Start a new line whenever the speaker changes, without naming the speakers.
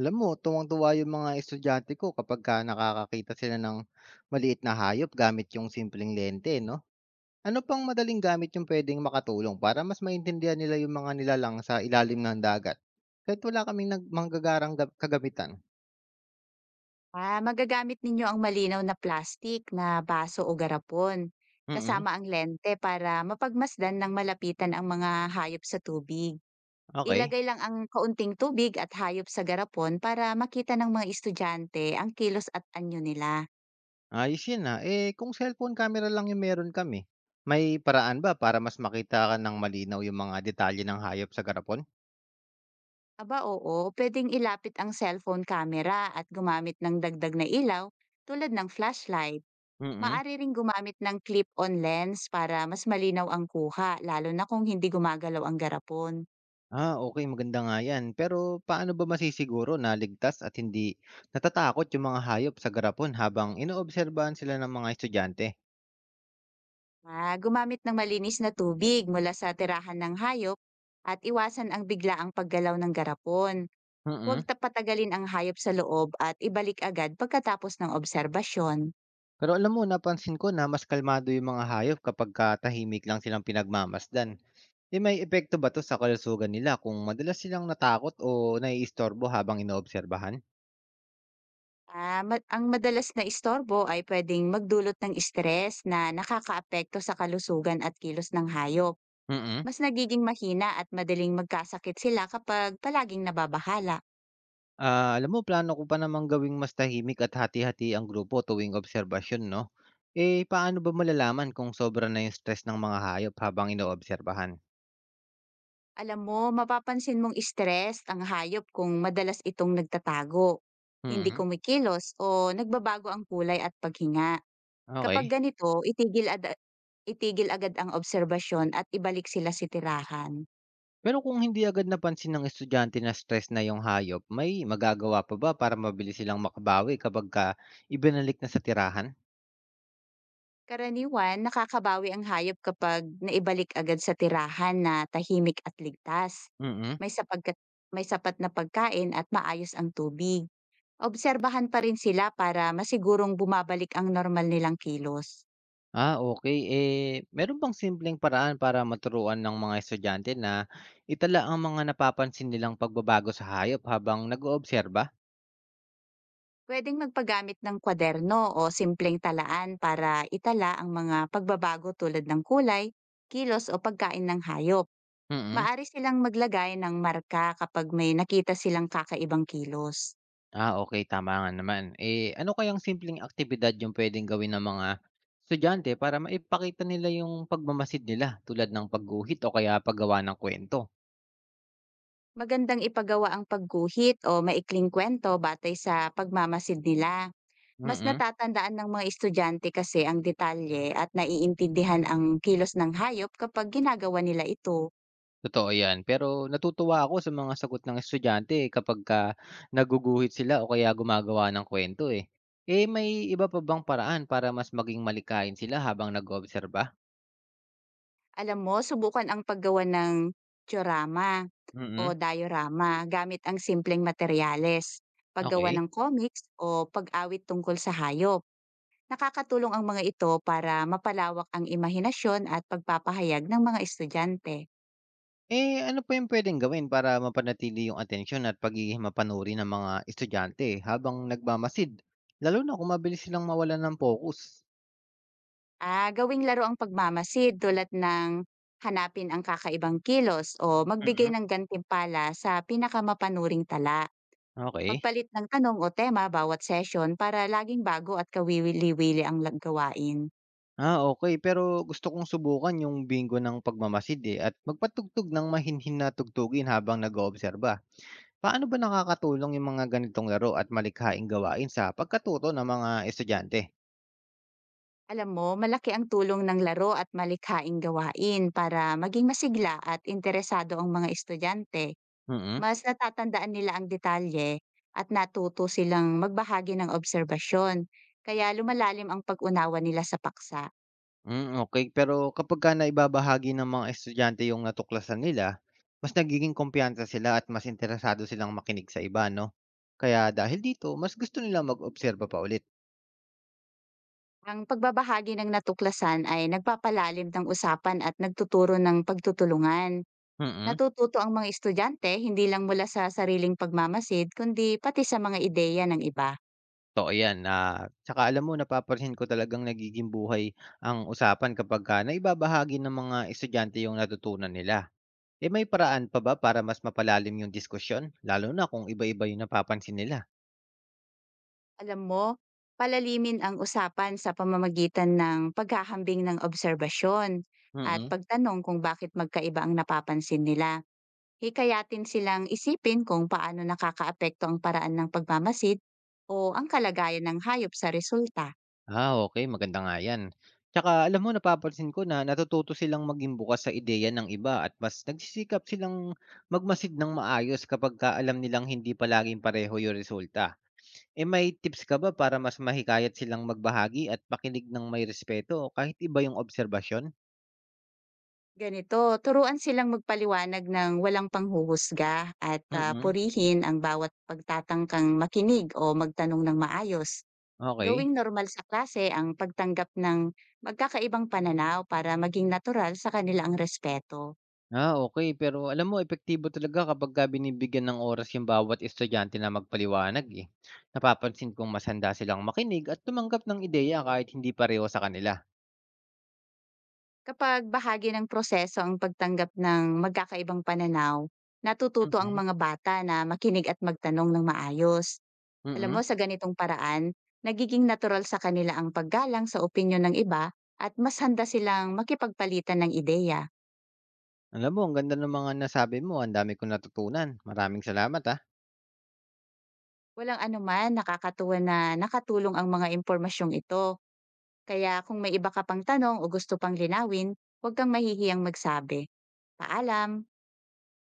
Alam mo tuwang-tuwa yung mga estudyante ko kapagka nakakakita sila ng maliit na hayop gamit yung simpleng lente 'no? Ano pang madaling gamit yung puwedeng makatulong para mas maintindihan nila yung mga nilalang sa ilalim ng dagat? Kahit wala kaming nag manggagarang ga kagamitan.
Magagamit ninyo ang malinaw na plastik na baso o garapon,
Mm,
kasama ang lente para mapagmasdan ng malapitan ang mga hayop sa tubig.
okey.
Ilagay lang ang kaunting tubig at hayop sa garapon para makita ng mga estudyante ang kilos at anyo nila.
Ayos yun, ah. Eh, kung cellphone camera lang yung meron kami, may paraan ba para mas makita ka ng malinaw yung mga detalye ng hayop sa garapon?
Aba oo, pwedeng ilapit ang cellphone camera at gumamit ng dagdag na ilaw tulad ng flashlight.
Mm.
Maari ring gumamit ng clip-on lens para mas malinaw ang kuha lalo na kung hindi gumagalaw ang garapon.
Ah, okay, maganda nga 'yan. Pero paano ba masisiguro na ligtas at hindi natatakot yung mga hayop sa garapon habang inoobserbahan sila ng mga estudyante?
Gumamit ng malinis na tubig mula sa tirahan ng hayop at iwasan ang biglaang paggalaw ng garapon. Huwag
Mm.
patagalin ang hayop sa loob at ibalik agad pagkatapos ng obserbasyon.
Pero alam mo napansin ko na mas kalmado yung mga hayop kapagka tahimik lang silang pinagmamasdan. Eh, may epekto ba 'to sa kalusugan nila kung madalas silang natakot o naiistorbo habang inoobserbahan?
Ang madalas na istorbo ay pwedeng magdulot ng stress na nakakaapekto sa kalusugan at kilos ng hayop.
Mm.
Mas nagiging mahina at madaling magkasakit sila kapag palaging nababahala.
Ah, alam mo plano ko pa namang gawing mas tahimik at hati-hati ang grupo tuwing obserbasyon 'no? Eh, paano ba malalaman kung sobra na yung stress ng mga hayop habang inoobserbahan?
Alam mo, mapapansin mong stress ang hayop kung madalas itong nagtatago, hindi
Mm,
kumikilos o nagbabago ang kulay at paghinga. Kapag
okay.
ganito, itigil agad ang obserbasyon at ibalik sila sa tirahan.
Pero kung hindi agad napansin ng estudyante na stress na yung hayop, may magagawa pa ba para mabilis silang makabawi kapag ka ibinalik na sa tirahan?
Karaniwan, nakakabawi ang hayop kapag naibalik agad sa tirahan na tahimik at ligtas.
Mm.
May, sapagkat, may sapat na pagkain at maayos ang tubig. Obserbahan pa rin sila para masigurong bumabalik ang normal nilang kilos.
Ah, okay. Eh, meron bang simpleng paraan para maturuan ng mga estudyante na itala ang mga napapansin nilang pagbabago sa hayop habang nag-oobserba?
Puwedeng magpagamit ng kwaderno o simpleng talaan para itala ang mga pagbabago tulad ng kulay, kilos o pagkain ng hayop.
Mm.
Maari silang maglagay ng marka kapag may nakita silang kakaibang kilos.
Ah, okay, tama nga naman. Eh, ano kayang simpleng aktibidad yung puwedeng gawin ng mga estudyante para maipakita nila yung pagmamasid nila tulad ng pagguhit o kaya paggawa ng kwento.
Magandang ipagawa ang pagguhit o maikling kwento batay sa pagmamasid nila. Mas
Mm,
natatandaan ng mga estudyante kasi ang detalye at naiintindihan ang kilos ng hayop kapag ginagawa nila ito.
totoo 'yan. Pero natutuwa ako sa mga sagot ng estudyante kapagka naguguhit sila o kaya gumagawa ng kwento eh. Eh, may iba pa bang paraan para mas maging malikain sila habang nag-oobserba?
Alam mo, subukan ang paggawa ng tsorama o
Mm,
diorama gamit ang simpleng materyales, paggawa
okey.
ng comics o pag-awit tungkol sa hayop. Nakakatulong ang mga ito para mapalawak ang imahinasyon at pagpapahayag ng mga estudyante.
Eh, ano po yung pwedeng gawin para mapanatili yung atensyon at pagiging mapanuri ng mga estudyante habang nagmamasid, lalo na kung mabilis silang mawala ng focus?
Gawing laro ang pagmamasid tulad ng hanapin ang kakaibang kilos o magbigay
Mm.
ng gantimpala sa pinakamapanuring tala.
Okay.
Magpalit ng tanong o tema bawat session para laging bago at kawiwili-wili ang gawain.
Ah, okay. Pero gusto kong subukan yung bingo ng pagmamasid, eh, at magpatugtog ng mahinhin na tugtugin habang nag-oobserba. Paano ba nakakatulong yung mga ganitong laro at malikhaing gawain sa pagkatuto ng mga estudyante?
Alam mo, malaki ang tulong ng laro at malikhaing gawain para maging masigla at interesado ang mga estudyante.
Mm.
Mas natatandaan nila ang detalye at natuto silang magbahagi ng obserbasyon. Kaya lumalalim ang pag-unawa nila sa paksa.
Hmm, okay. Pero kapagka naibabahagi ng mga estudyante yung natuklasan nila, mas nagiging kumpiyansa sila at mas interesado silang makinig sa iba 'no? Kaya dahil dito, mas gusto nilang mag-obserba pa ulit.
Ang pagbabahagi ng natuklasan ay nagpapalalim ng usapan at nagtuturo ng pagtutulungan.
Mm,
Natututo ang mga estudyante hindi lang mula sa sariling pagmamasid kundi pati sa mga ideya ng iba.
totoo 'yan. Ah, tsaka alam mo napapansin ko talagang nagiging buhay ang usapan kapagka naibabahagi ng mga estudyante yung natutunan nila. Eh, may paraan pa ba para mas mapalalim yung diskusyon, lalo na kung iba-iba yung napapansin nila?
Alam mo, palalimin ang usapan sa pamamagitan ng paghahambing ng obserbasyon at
Mm.
pagtanong kung bakit magkaiba ang napapansin nila. Hikayatin silang isipin kung paano nakakaapekto ang paraan ng pagmamasid o ang kalagayan ng hayop sa resulta.
Ah, okay, maganda nga 'yan. Tsaka alam mo napapansin ko na natututo silang maging bukas sa ideya ng iba at mas nagsisikap silang magmasid ng maayos kapagka alam nilang hindi palaging pareho yung resulta. Eh, may tips ka ba para mas mahikayat silang magbahagi at makinig ng may respeto kahit iba yung obserbasyon?
Ganito, turuan silang magpaliwanag ng walang panghuhusga at
Mm,
purihin ang bawat pagtatangkang makinig o magtanong ng maayos.
okay.
Gawing normal sa klase ang pagtanggap ng magkakaibang pananaw para maging natural sa kanila ang respeto.
Ah, okey. Pero alam mo epektibo talaga kapagka binibigyan ng oras yung bawat estudyante na magpaliwanag, eh. Napapansin kong mas handa silang makinig at tumanggap ng ideya kahit hindi pareho sa kanila.
Kapag bahagi ng proseso ang pagtanggap ng magkakaibang pananaw, natututo ang
Mm.
mga bata na makinig at magtanong ng maayos. Alam
Mm.
mo, sa ganitong paraan, nagiging natural sa kanila ang paggalang sa opinyon ng iba at mas handa silang makipagpalitan ng ideya.
Alam mo ang ganda ng mga nasabi mo, ang dami kong natutunan. Maraming salamat, ah.
Walang anuman, nakakatuwa na nakatulong ang mga impormasyong ito. Kaya kung may iba ka pang tanong o gusto pang linawin, huwag kang mahihiyang magsabi. Paalam!